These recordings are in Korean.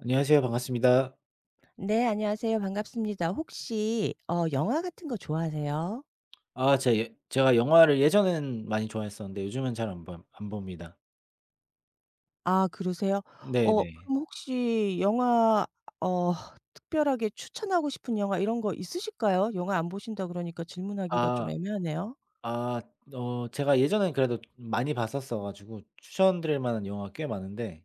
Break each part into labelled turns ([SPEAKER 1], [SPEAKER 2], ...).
[SPEAKER 1] 안녕하세요. 반갑습니다.
[SPEAKER 2] 네, 안녕하세요. 반갑습니다. 혹시 영화 같은 거 좋아하세요?
[SPEAKER 1] 아, 제 예, 제가 영화를 예전에는 많이 좋아했었는데 요즘은 잘 안 봅니다.
[SPEAKER 2] 아 그러세요?
[SPEAKER 1] 네네.
[SPEAKER 2] 그럼 혹시 영화 어 특별하게 추천하고 싶은 영화 이런 거 있으실까요? 영화 안 보신다 그러니까 질문하기가 좀
[SPEAKER 1] 아,
[SPEAKER 2] 애매하네요.
[SPEAKER 1] 아, 제가 예전엔 그래도 많이 봤었어 가지고 추천드릴 만한 영화가 꽤 많은데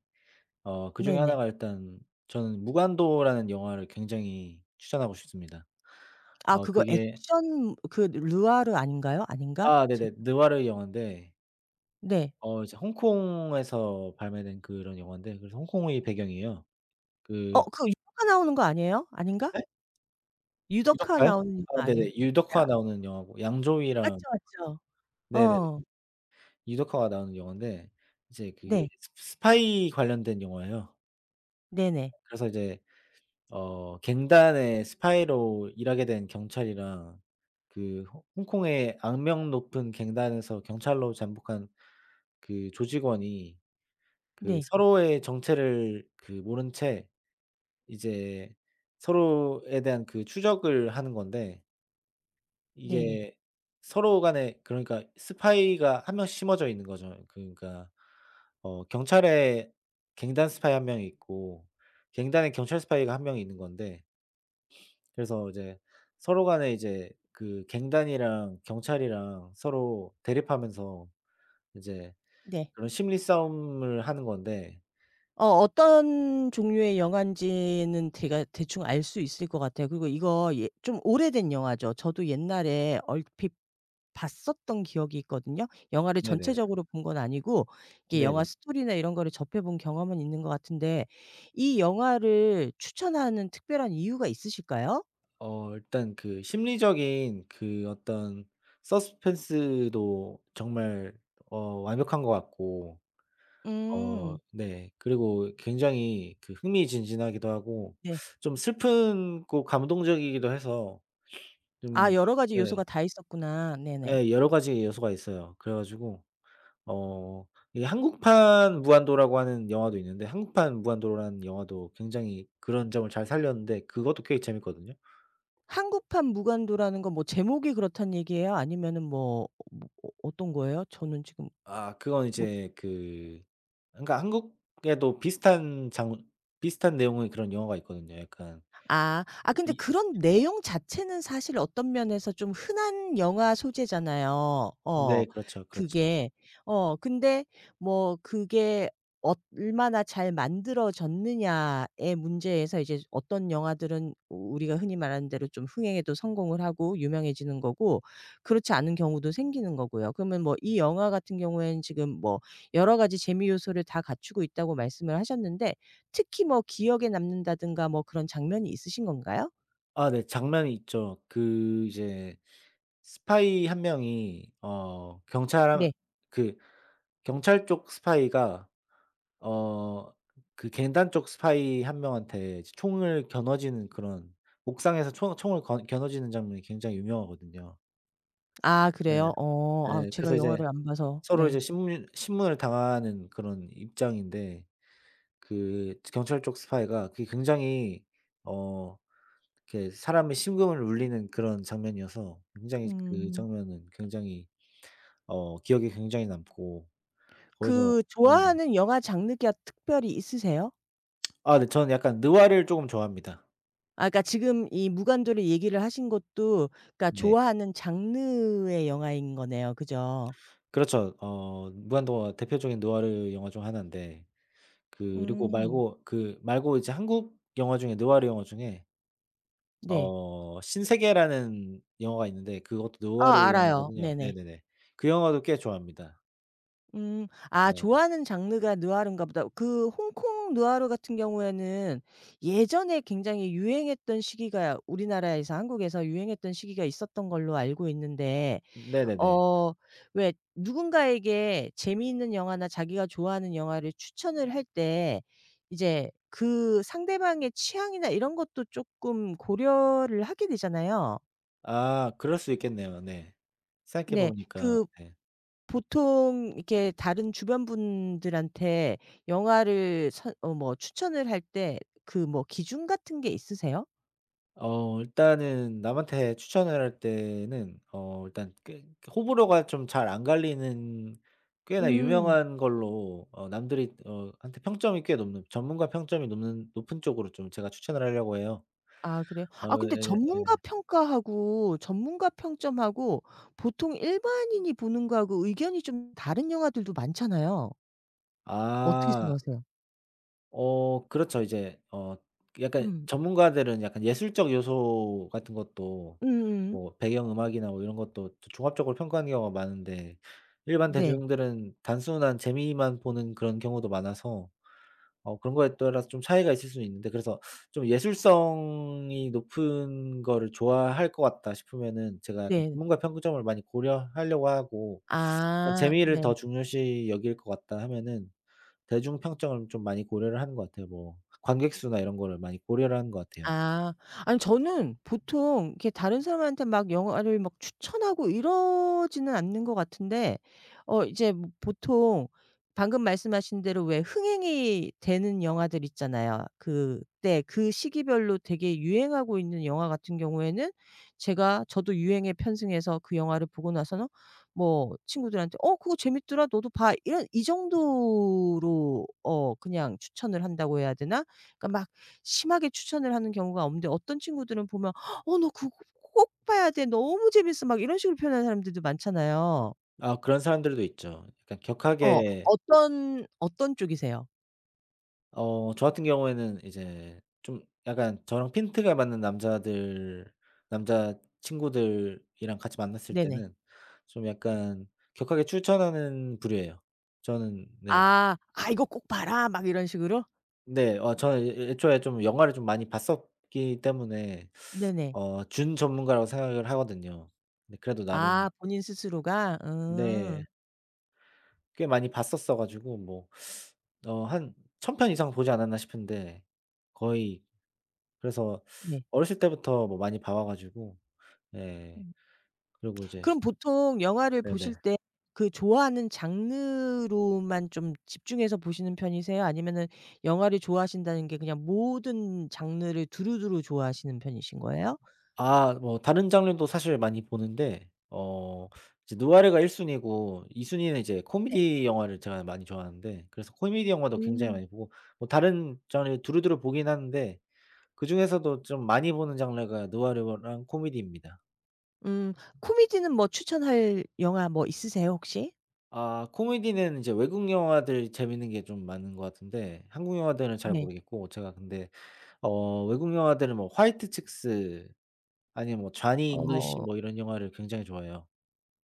[SPEAKER 1] 그중에
[SPEAKER 2] 네네.
[SPEAKER 1] 하나가 일단 저는 무간도라는 영화를 굉장히 추천하고 싶습니다.
[SPEAKER 2] 아
[SPEAKER 1] 어
[SPEAKER 2] 그거
[SPEAKER 1] 그게
[SPEAKER 2] 액션 그 르와르 아닌가요? 아닌가?
[SPEAKER 1] 아,
[SPEAKER 2] 제
[SPEAKER 1] 네네. 느와르 영화인데
[SPEAKER 2] 네.
[SPEAKER 1] 이제 홍콩에서 발매된 그런 영화인데 그래서 홍콩의 배경이에요. 그
[SPEAKER 2] 그 유덕화 나오는 거 아니에요? 아닌가? 유덕화
[SPEAKER 1] 유덕화요?
[SPEAKER 2] 나오는 영화
[SPEAKER 1] 아,
[SPEAKER 2] 아니에요?
[SPEAKER 1] 네네. 유덕화 나오는 영화고
[SPEAKER 2] 맞죠,
[SPEAKER 1] 양조위랑.
[SPEAKER 2] 맞죠.
[SPEAKER 1] 네네.
[SPEAKER 2] 어.
[SPEAKER 1] 유덕화가 나오는 영화인데 이제 그게
[SPEAKER 2] 네.
[SPEAKER 1] 스 스파이 관련된 영화예요.
[SPEAKER 2] 네네.
[SPEAKER 1] 그래서 이제 갱단의 스파이로 일하게 된 경찰이랑 그 홍 홍콩의 악명 높은 갱단에서 경찰로 잠복한 그 조직원이 그
[SPEAKER 2] 네.
[SPEAKER 1] 서로의 정체를 그 모른 채 이제 서로에 대한 그 추적을 하는 건데,
[SPEAKER 2] 네네.
[SPEAKER 1] 이게 서로 간에 그러니까 스파이가 한 명씩 심어져 있는 거죠. 그러니까 경찰에 갱단 스파이 한 명이 있고 갱단에 경찰 스파이가 한 명이 있는 건데, 그래서 이제 서로 간에 이제 그 갱단이랑 경찰이랑 서로 대립하면서 이제
[SPEAKER 2] 네.
[SPEAKER 1] 그런 심리 싸움을 하는 건데.
[SPEAKER 2] 어떤 종류의 영화인지는 제가 대충 알 수 있을 것 같아요. 그리고 이거 예 좀 오래된 영화죠. 저도 옛날에 얼핏 봤었던 기억이 있거든요. 영화를
[SPEAKER 1] 네네네.
[SPEAKER 2] 전체적으로 본 건 아니고 이게 영화
[SPEAKER 1] 네네.
[SPEAKER 2] 스토리나 이런 거를 접해 본 경험은 있는 것 같은데 이 영화를 추천하는 특별한 이유가 있으실까요?
[SPEAKER 1] 일단 그 심리적인 그 어떤 서스펜스도 정말 완벽한 것 같고, 어,
[SPEAKER 2] 음.
[SPEAKER 1] 네. 그리고 굉장히 그 흥미진진하기도 하고
[SPEAKER 2] 네.
[SPEAKER 1] 좀 슬프고 감동적이기도 해서
[SPEAKER 2] 아
[SPEAKER 1] 좀.
[SPEAKER 2] 여러 가지
[SPEAKER 1] 네.
[SPEAKER 2] 요소가 다 있었구나. 네네.
[SPEAKER 1] 예, 여러 가지 요소가 있어요. 그래 가지고 어 이 한국판 무한도라고 하는 영화도 있는데 한국판 무한도라는 영화도 굉장히 그런 점을 잘 살렸는데 그것도 꽤 재밌거든요.
[SPEAKER 2] 한국판 무간도라는 건 뭐 제목이 그렇다는 얘기예요? 아니면은 뭐 어떤 거예요? 저는 지금
[SPEAKER 1] 아, 그건
[SPEAKER 2] 못
[SPEAKER 1] 이제 그, 그러니까 한국에도 비슷한 장 비슷한 내용의 그런 영화가 있거든요, 약간.
[SPEAKER 2] 아. 아 근데
[SPEAKER 1] 이
[SPEAKER 2] 그런 내용 자체는 사실 어떤 면에서 좀 흔한 영화 소재잖아요. 어.
[SPEAKER 1] 네, 그렇죠, 그렇죠.
[SPEAKER 2] 그게. 근데 뭐 그게 얼마나 잘 만들어졌느냐의 문제에서 이제 어떤 영화들은 우리가 흔히 말하는 대로 좀 흥행에도 성공을 하고 유명해지는 거고 그렇지 않은 경우도 생기는 거고요. 그러면 뭐 이 영화 같은 경우에는 지금 뭐 여러 가지 재미 요소를 다 갖추고 있다고 말씀을 하셨는데 특히 뭐 기억에 남는다든가 뭐 그런 장면이 있으신 건가요?
[SPEAKER 1] 아, 네. 장면이 있죠. 그 이제 스파이 한 명이 어 경찰
[SPEAKER 2] 네.
[SPEAKER 1] 그 경찰 쪽 스파이가 어 그 갱단 쪽 스파이 한 명한테 이제 총을 겨눠지는 그런, 옥상에서 총 총을 거 겨눠지는 장면이 굉장히 유명하거든요.
[SPEAKER 2] 아
[SPEAKER 1] 예.
[SPEAKER 2] 그래요? 아
[SPEAKER 1] 예.
[SPEAKER 2] 제가
[SPEAKER 1] 그래서 이제
[SPEAKER 2] 영화를 안 봐서
[SPEAKER 1] 서로 이제
[SPEAKER 2] 네.
[SPEAKER 1] 신문을 당하는 그런 입장인데 그 경찰 쪽 스파이가 그게 굉장히 어 이렇게 사람의 심금을 울리는 그런 장면이어서 굉장히, 그
[SPEAKER 2] 음.
[SPEAKER 1] 장면은 굉장히 기억에 굉장히 남고 거기서.
[SPEAKER 2] 그
[SPEAKER 1] 네네.
[SPEAKER 2] 좋아하는 영화 장르가 특별히 있으세요?
[SPEAKER 1] 아, 네, 저는 약간 느와르를 쪼금 좋아합니다.
[SPEAKER 2] 아 그러니까 지금 이 무간도를 얘기를 하신 것도 그러니까
[SPEAKER 1] 네.
[SPEAKER 2] 좋아하는 장르의 영화인 거네요. 그죠?
[SPEAKER 1] 그렇죠. 무한도가 대표적인 느와르 영화 중 하나인데, 그 그리고
[SPEAKER 2] 음.
[SPEAKER 1] 말고 그 말고 이제 한국 영화 중에, 느와르 영화 중에
[SPEAKER 2] 네.
[SPEAKER 1] 신세계라는 영화가 있는데 그것도 느와르
[SPEAKER 2] 아 알아요.
[SPEAKER 1] 영화거든요.
[SPEAKER 2] 네네.
[SPEAKER 1] 네네네. 그 영화도 꽤 좋아합니다.
[SPEAKER 2] 음. 아
[SPEAKER 1] 네.
[SPEAKER 2] 좋아하는 장르가 누아르인가 보다. 그 홍콩 누아르 같은 경우에는 예전에 굉장히 유행했던 시기가 우리나라에서 한국에서 유행했던 시기가 있었던 걸로 알고 있는데
[SPEAKER 1] 네네네.
[SPEAKER 2] 어 왜 누군가에게 재미있는 영화나 자기가 좋아하는 영화를 추천을 할 때 이제 그 상대방의 취향이나 이런 것도 조금 고려를 하게 되잖아요.
[SPEAKER 1] 아, 그럴 수 있겠네요. 네. 생각해
[SPEAKER 2] 네.
[SPEAKER 1] 보니까
[SPEAKER 2] 그
[SPEAKER 1] 네.
[SPEAKER 2] 보통 이렇게 다른 주변 분들한테 영화를 선 어 뭐 추천을 할 때 그 뭐 기준 같은 게 있으세요?
[SPEAKER 1] 일단은 남한테 추천을 할 때는 일단 꽤 호불호가 좀 잘 안 갈리는 꽤나
[SPEAKER 2] 음.
[SPEAKER 1] 유명한 걸로, 남들이 한테 평점이 꽤 높는, 전문가 평점이 높는 높은 쪽으로 좀 제가 추천을 하려고 해요.
[SPEAKER 2] 아 그래요?
[SPEAKER 1] 어,
[SPEAKER 2] 아 근데
[SPEAKER 1] 예예.
[SPEAKER 2] 전문가 평가하고 전문가 평점하고 보통 일반인이 보는 거하고 의견이 좀 다른 영화들도 많잖아요. 어떻게
[SPEAKER 1] 아.
[SPEAKER 2] 생각하세요?
[SPEAKER 1] 그렇죠. 이제 약간
[SPEAKER 2] 음.
[SPEAKER 1] 전문가들은 약간 예술적 요소 같은 것도
[SPEAKER 2] 음음.
[SPEAKER 1] 뭐 배경 음악이나 뭐 이런 것도 조 종합적으로 평가하는 경우가 많은데, 일반
[SPEAKER 2] 네.
[SPEAKER 1] 대중들은 단순한 재미만 보는 그런 경우도 많아서 그런 거에 따라서 좀 차이가 있을 수는 있는데, 그래서 좀 예술성이 높은 거를 좋아할 것 같다 싶으면은 제가 약간
[SPEAKER 2] 네.
[SPEAKER 1] 전문가 평점을 많이 고려하려고 하고, 그러니까
[SPEAKER 2] 아.
[SPEAKER 1] 재미를
[SPEAKER 2] 네.
[SPEAKER 1] 더 중요시 여길 것 같다 하면은 대중 평점을 좀 많이 고려를 하는 것 같아요. 뭐 관객 수나 이런 거를 많이 고려를 하는 것 같아요.
[SPEAKER 2] 아. 아니 저는 보통 이렇게 다른 사람한테 막 영화를 막 추천하고 이러지는 않는 것 같은데 이제 뭐 보통 방금 말씀하신 대로 왜 흥행이 되는 영화들 있잖아요. 그때 그 시기별로 되게 유행하고 있는 영화 같은 경우에는 제가 저도 유행에 편승해서 그 영화를 보고 나서는 뭐 친구들한테 "어 그거 재밌더라. 너도 봐." 이런 이 정도로 그냥 추천을 한다고 해야 되나? 그러니까 막 심하게 추천을 하는 경우가 없는데 어떤 친구들은 보면 "어 너 그거 꼭 봐야 돼. 너무 재밌어." 막 이런 식으로 표현하는 사람들도 많잖아요.
[SPEAKER 1] 아, 그런 사람들도 있죠, 약간
[SPEAKER 2] 어.
[SPEAKER 1] 격하게.
[SPEAKER 2] 어떤 쪽이세요?
[SPEAKER 1] 저 같은 경우에는 이제 좀 약간 저랑 핀트가 맞는 남자들, 남자 친구들이랑 같이 만났을
[SPEAKER 2] 네네.
[SPEAKER 1] 때는 좀 약간 격하게 추천하는 부류예요. 저는. 네.
[SPEAKER 2] 아. "아 이거 꼭 봐라." 막 이런 식으로?
[SPEAKER 1] 네. 저는 애 애초에 좀 영화를 좀 많이 봤었기 때문에
[SPEAKER 2] 네네.
[SPEAKER 1] 준전문가라고 생각을 하거든요. 근데 그래도 나름.
[SPEAKER 2] 아 본인 스스로가?
[SPEAKER 1] 네.
[SPEAKER 2] 음.
[SPEAKER 1] 꽤 많이 봤었어 가지고 뭐 한 1,000편 이상 보지 않았나 싶은데, 거의. 그래서
[SPEAKER 2] 네.
[SPEAKER 1] 어렸을 때부터 뭐 많이 봐와 가지고. 예.
[SPEAKER 2] 음.
[SPEAKER 1] 그리고 이제.
[SPEAKER 2] 그럼 보통 영화를 보실
[SPEAKER 1] 네네.
[SPEAKER 2] 때 그 좋아하는 장르로만 좀 집중해서 보시는 편이세요? 아니면은 영화를 좋아하신다는 게 그냥 모든 장르를 두루두루 좋아하시는 편이신 거예요? 네.
[SPEAKER 1] 아, 뭐 다른 장르도 사실 많이 보는데 이제 누아르가 1순위 순위고, 2순위 순위는 이제 코미디 영화를 제가 많이 좋아하는데, 그래서 코미디 영화도 굉장히
[SPEAKER 2] 음.
[SPEAKER 1] 많이 보고 뭐 다른 장르 두루두루 보긴 하는데, 그중에서도 좀 많이 보는 장르가 누아르랑 코미디입니다.
[SPEAKER 2] 음. 코미디는 뭐 추천할 영화 뭐 있으세요 혹시?
[SPEAKER 1] 아, 코미디는 이제 외국 영화들 재밌는 게 좀 많은 것 같은데 한국 영화들은 잘
[SPEAKER 2] 네.
[SPEAKER 1] 모르겠고, 제가 근데 외국 영화들은 뭐 화이트 칙스, 아니면 뭐 쟈니 잉글리시
[SPEAKER 2] 어.
[SPEAKER 1] 뭐 이런 영화를 굉장히 좋아해요.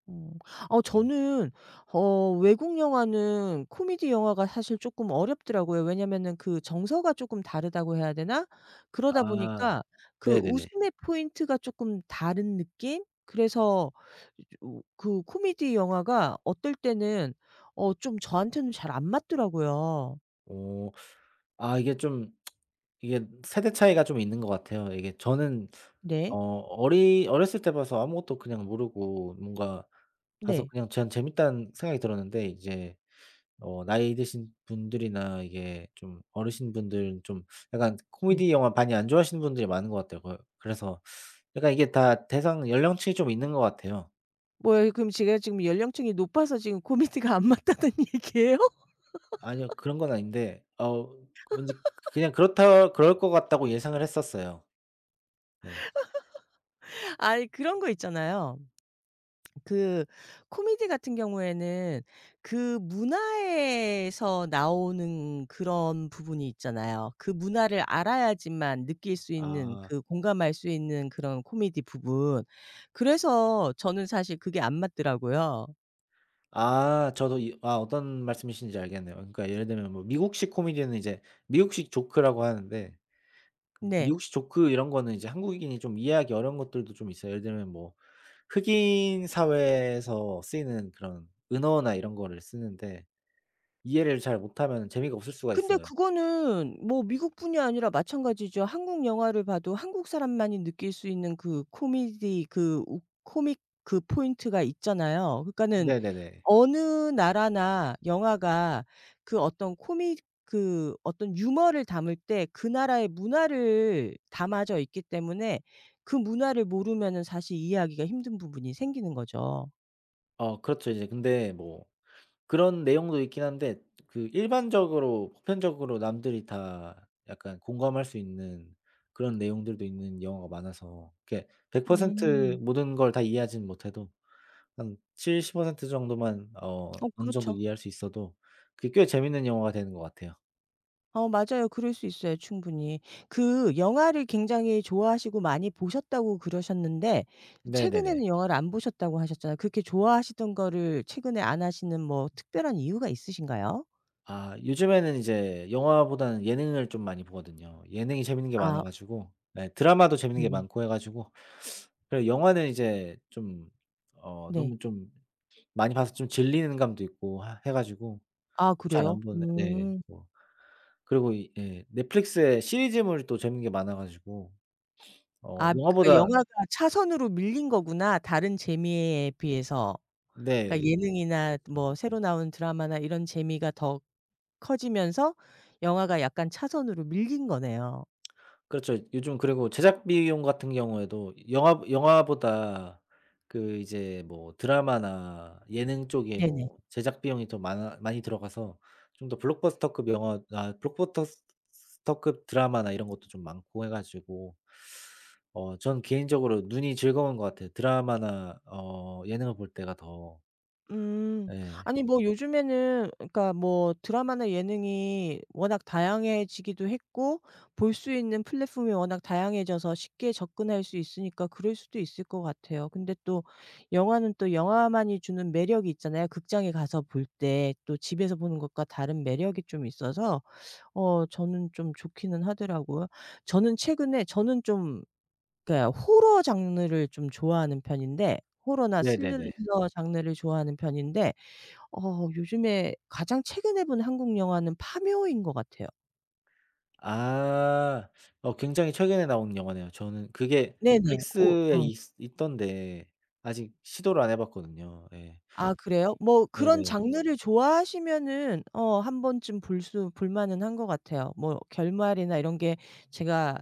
[SPEAKER 2] 음. 어
[SPEAKER 1] 네.
[SPEAKER 2] 저는 어 외국 영화는 코미디 영화가 사실 쪼끔 어렵더라고요. 왜냐면은 그 정서가 쪼끔 다르다고 해야 되나? 그러다
[SPEAKER 1] 아,
[SPEAKER 2] 보니까 그
[SPEAKER 1] 네네네.
[SPEAKER 2] 웃음의 포인트가 쪼끔 다른 느낌? 그래서 그 코미디 영화가 어떨 때는 좀 저한테는 잘 안 맞더라고요.
[SPEAKER 1] 어 이게 좀, 이게 세대 차이가 좀 있는 것 같아요. 이게 저는
[SPEAKER 2] 네.
[SPEAKER 1] 어 어리 어렸을 때 봐서 아무것도 그냥 모르고 뭔가 봐서
[SPEAKER 2] 네.
[SPEAKER 1] 그냥 '전 재밌다.'는 생각이 들었는데, 이제 나이 드신 분들이나 이게 좀 어르신분들은 좀 약간
[SPEAKER 2] 네.
[SPEAKER 1] 코미디 영화 많이 안 좋아하시는 분들이 많은 것 같아요. 그래서 약간 이게 다 대상 연령층이 좀 있는 것 같아요.
[SPEAKER 2] 뭐예요? 그럼 제가 지금 연령층이 높아서 지금 코미디가 안 맞다는 얘기예요?
[SPEAKER 1] 아니요. 그런 건 아닌데 왠지 그냥 그렇다, 그럴 것 같다고 예상을 했었어요. 네.
[SPEAKER 2] 아니 그런 거 있잖아요. 그 코미디 같은 경우에는 그 문화에서 나오는 그런 부분이 있잖아요. 그 문화를 알아야지만 느낄 수 있는
[SPEAKER 1] 아.
[SPEAKER 2] 그 공감할 수 있는 그런 코미디 부분. 그래서 저는 사실 그게 안 맞더라고요.
[SPEAKER 1] 아, 저도 이, 아, 어떤 말씀이신지 알겠네요. 그러니까 예를 들면 뭐 미국식 코미디는 이제 미국식 조크라고 하는데,
[SPEAKER 2] 네.
[SPEAKER 1] 미국식 조크 이런 거는 이제 한국인이 좀 이해하기 어려운 것들도 좀 있어요. 예를 들면 뭐 흑인 사회에서 쓰이는 그런 은어나 이런 거를 쓰는데 이해를 잘 못하면 재미가 없을 수가
[SPEAKER 2] 근데
[SPEAKER 1] 있어요.
[SPEAKER 2] 그거는 뭐 미국뿐이 아니라 마찬가지죠. 한국 영화를 봐도 한국 사람만이 느낄 수 있는 그 코미디 그 웃 코믹 그 포인트가 있잖아요. 그러니까는
[SPEAKER 1] 네네네.
[SPEAKER 2] 어느 나라나 영화가 그 어떤 코믹 그 어떤 유머를 담을 때 그 나라의 문화를 담아져 있기 때문에 그 문화를 모르면은 사실 이해하기가 힘든 부분이 생기는 거죠.
[SPEAKER 1] 그렇죠. 이제 근데 뭐 그런 내용도 있긴 한데 그 일반적으로 보편적으로 남들이 다 약간 공감할 수 있는 그런 내용들도 있는 영화가 많아서 이렇게 100%
[SPEAKER 2] 음.
[SPEAKER 1] 모든 걸 다 이해하진 못해도 한 70% 정도만 어느 정도
[SPEAKER 2] 그렇죠.
[SPEAKER 1] 이해할 수 있어도 그게 꽤 재밌는 영화가 되는 것 같아요.
[SPEAKER 2] 맞아요. 그럴 수 있어요 충분히. 그 영화를 굉장히 좋아하시고 많이 보셨다고 그러셨는데 최근에는
[SPEAKER 1] 네네네.
[SPEAKER 2] 영화를 안 보셨다고 하셨잖아요. 그렇게 좋아하시던 거를 최근에 안 하시는 뭐 특별한 이유가 있으신가요?
[SPEAKER 1] 아, 요즘에는 이제 영화보다는 예능을 좀 많이 보거든요. 예능이 재밌는 게 많아
[SPEAKER 2] 아
[SPEAKER 1] 가지고, 네, 드라마도 재밌는 게
[SPEAKER 2] 네네.
[SPEAKER 1] 많고 해 가지고, 그래고 영화는 이제 좀
[SPEAKER 2] 네.
[SPEAKER 1] 너무 좀 많이 봐서 좀 질리는 감도 있고 하 해 가지고
[SPEAKER 2] 아
[SPEAKER 1] 잘 안
[SPEAKER 2] 그래요?
[SPEAKER 1] 보는데, 네,
[SPEAKER 2] 음.
[SPEAKER 1] 뭐 그리고 이 예 넷플릭스에 시리즈물이 또 재밌는 게 많아 가지고
[SPEAKER 2] 아 그러니까
[SPEAKER 1] 영화보다.
[SPEAKER 2] 영화가 차선으로 밀린 거구나 다른 재미에 비해서.
[SPEAKER 1] 네,
[SPEAKER 2] 그러니까 예능이나
[SPEAKER 1] 그렇죠.
[SPEAKER 2] 뭐 새로 나온 드라마나 이런 재미가 더 커지면서 영화가 약간 차선으로 밀린 거네요.
[SPEAKER 1] 그렇죠. 요즘 그리고 제작 비용 같은 경우에도 영화보다 그 이제 뭐 드라마나 예능 쪽에
[SPEAKER 2] 네네.
[SPEAKER 1] 뭐 제작 비용이 더 많아 많이 들어가서 좀 더 블록버스터급 영화, 아 블록버스터급 드라마나 이런 것도 좀 많고 해 가지고 전 개인적으로 눈이 즐거운 것 같아요, 드라마나 예능을 볼 때가 더.
[SPEAKER 2] 음.
[SPEAKER 1] 예.
[SPEAKER 2] 아니 뭐 요즘에는 그러니까 뭐 드라마나 예능이 워낙 다양해지기도 했고 볼 수 있는 플랫폼이 워낙 다양해져서 쉽게 접근할 수 있으니까 그럴 수도 있을 것 같아요. 근데 또 영화는 또 영화만이 주는 매력이 있잖아요. 극장에 가서 볼 때 또 집에서 보는 것과 다른 매력이 좀 있어서 저는 좀 좋기는 하더라고요. 저는 최근에 저는 좀 그러니까 호러 장르를 좀 좋아하는 편인데 호러나 스릴러
[SPEAKER 1] 네네네.
[SPEAKER 2] 장르를 좋아하는 편인데 요즘에 가장 최근에 본 한국 영화는 파묘인 것 같아요.
[SPEAKER 1] 아. 굉장히 최근에 나온 영화네요. 저는 그게
[SPEAKER 2] 네네. 오
[SPEAKER 1] 넷플릭스에
[SPEAKER 2] 어.
[SPEAKER 1] 있 있던데 아직 시도를 안 해 봤거든요. 예.
[SPEAKER 2] 아 그래요? 뭐 그런
[SPEAKER 1] 네네.
[SPEAKER 2] 장르를 좋아하시면은 한 번쯤 볼 만은 한 것 같아요. 뭐 결말이나 이런 게 제가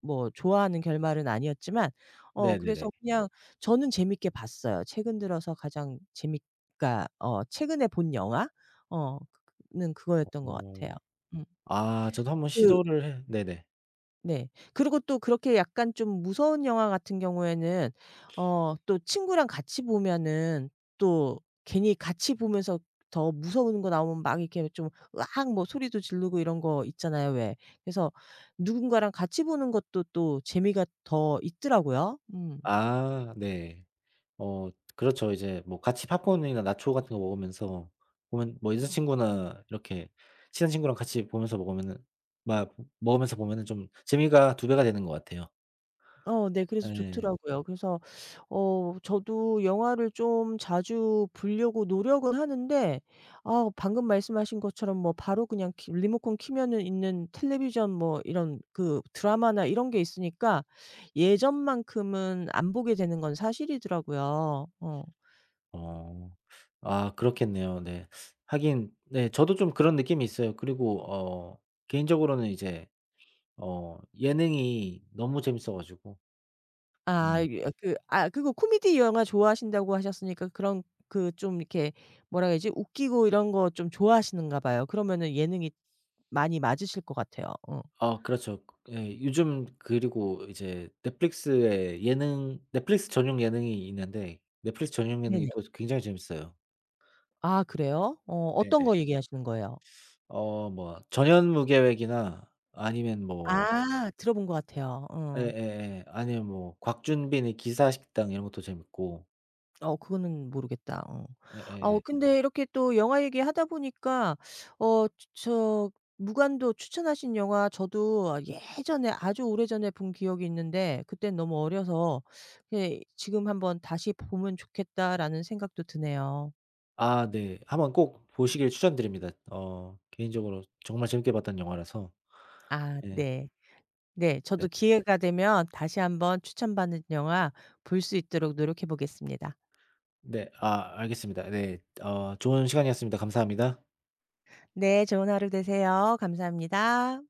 [SPEAKER 2] 뭐 좋아하는 결말은 아니었지만
[SPEAKER 1] 네네네.
[SPEAKER 2] 그래서 그냥 저는 재밌게 봤어요. 최근 들어서 가장 재밌 그러니까 최근에 본 영화 그 는 그거였던 것 같아요.
[SPEAKER 1] 어.
[SPEAKER 2] 음.
[SPEAKER 1] 아, 저도 한번
[SPEAKER 2] 그
[SPEAKER 1] 시도를 해. 네네.
[SPEAKER 2] 네. 그리고 또 그렇게 약간 좀 무서운 영화 같은 경우에는 어 또 친구랑 같이 보면은 또 괜히 같이 보면서 더 무서운 거 나오면 막 이렇게 좀 으악 뭐 소리도 지르고 이런 거 있잖아요 왜. 그래서 누군가랑 같이 보는 것도 또 재미가 더 있더라고요. 음.
[SPEAKER 1] 아, 네. 어 그렇죠. 이제 뭐 같이 팝콘이나 나초 같은 거 먹으면서 보면 뭐 여자친구나 이렇게 친한 친구랑 같이 보면서 먹으면은, 막 먹으면서 보면은 좀 재미가 두 배가 되는 것 같아요.
[SPEAKER 2] 네. 그래서
[SPEAKER 1] 예.
[SPEAKER 2] 좋더라고요. 그래서 저도 영화를 좀 자주 보려고 노력은 하는데 아 방금 말씀하신 것처럼 뭐 바로 그냥 키 리모컨 키면은 있는 텔레비전 뭐 이런 그 드라마나 이런 게 있으니까 예전만큼은 안 보게 되는 건 사실이더라고요. 어.
[SPEAKER 1] 어. 아, 그렇겠네요. 네. 하긴 네, 저도 좀 그런 느낌이 있어요. 그리고 개인적으로는 이제 예능이 너무 재밌어 가지고.
[SPEAKER 2] 아
[SPEAKER 1] 음.
[SPEAKER 2] 아 그거 코미디 영화 좋아하신다고 하셨으니까 그런 그 좀 이렇게 뭐라 그야지 웃기고 이런 거 좀 좋아하시는가 봐요. 그러면은 예능이 많이 맞으실 것 같아요. 어.
[SPEAKER 1] 아, 그렇죠. 예, 요즘 그리고 이제 넷플릭스에 예능, 넷플릭스 전용 예능이 있는데 넷플릭스 전용
[SPEAKER 2] 네네.
[SPEAKER 1] 예능이 또 굉장히 재밌어요.
[SPEAKER 2] 아 그래요? 어떤
[SPEAKER 1] 네네.
[SPEAKER 2] 거 얘기하시는 거예요?
[SPEAKER 1] 뭐 전현무계획이나 아니면 뭐.
[SPEAKER 2] 아 들어본 것 같아요. 어.
[SPEAKER 1] 예예예. 아니면 뭐 곽준빈의 기사식당 이런 것도 재밌고.
[SPEAKER 2] 그거는 모르겠다. 어.
[SPEAKER 1] 예예예.
[SPEAKER 2] 근데 이렇게 또 영화 얘기하다 보니까 어 저 무간도 추천하신 영화 저도 예전에 아주 오래전에 본 기억이 있는데 그땐 너무 어려서 예 지금 한번 다시 보면 좋겠다라는 생각도 드네요.
[SPEAKER 1] 아, 네. 한번 꼭 보시길 추천드립니다. 개인적으로 정말 재밌게 봤던 영화라서.
[SPEAKER 2] 아
[SPEAKER 1] 네.
[SPEAKER 2] 네. 네.
[SPEAKER 1] 네.
[SPEAKER 2] 저도 기회가 되면 다시 한번 추천받은 영화 볼 수 있도록 노력해 보겠습니다.
[SPEAKER 1] 네. 아, 알겠습니다. 네. 좋은 시간이었습니다. 감사합니다.
[SPEAKER 2] 네. 좋은 하루 되세요. 감사합니다.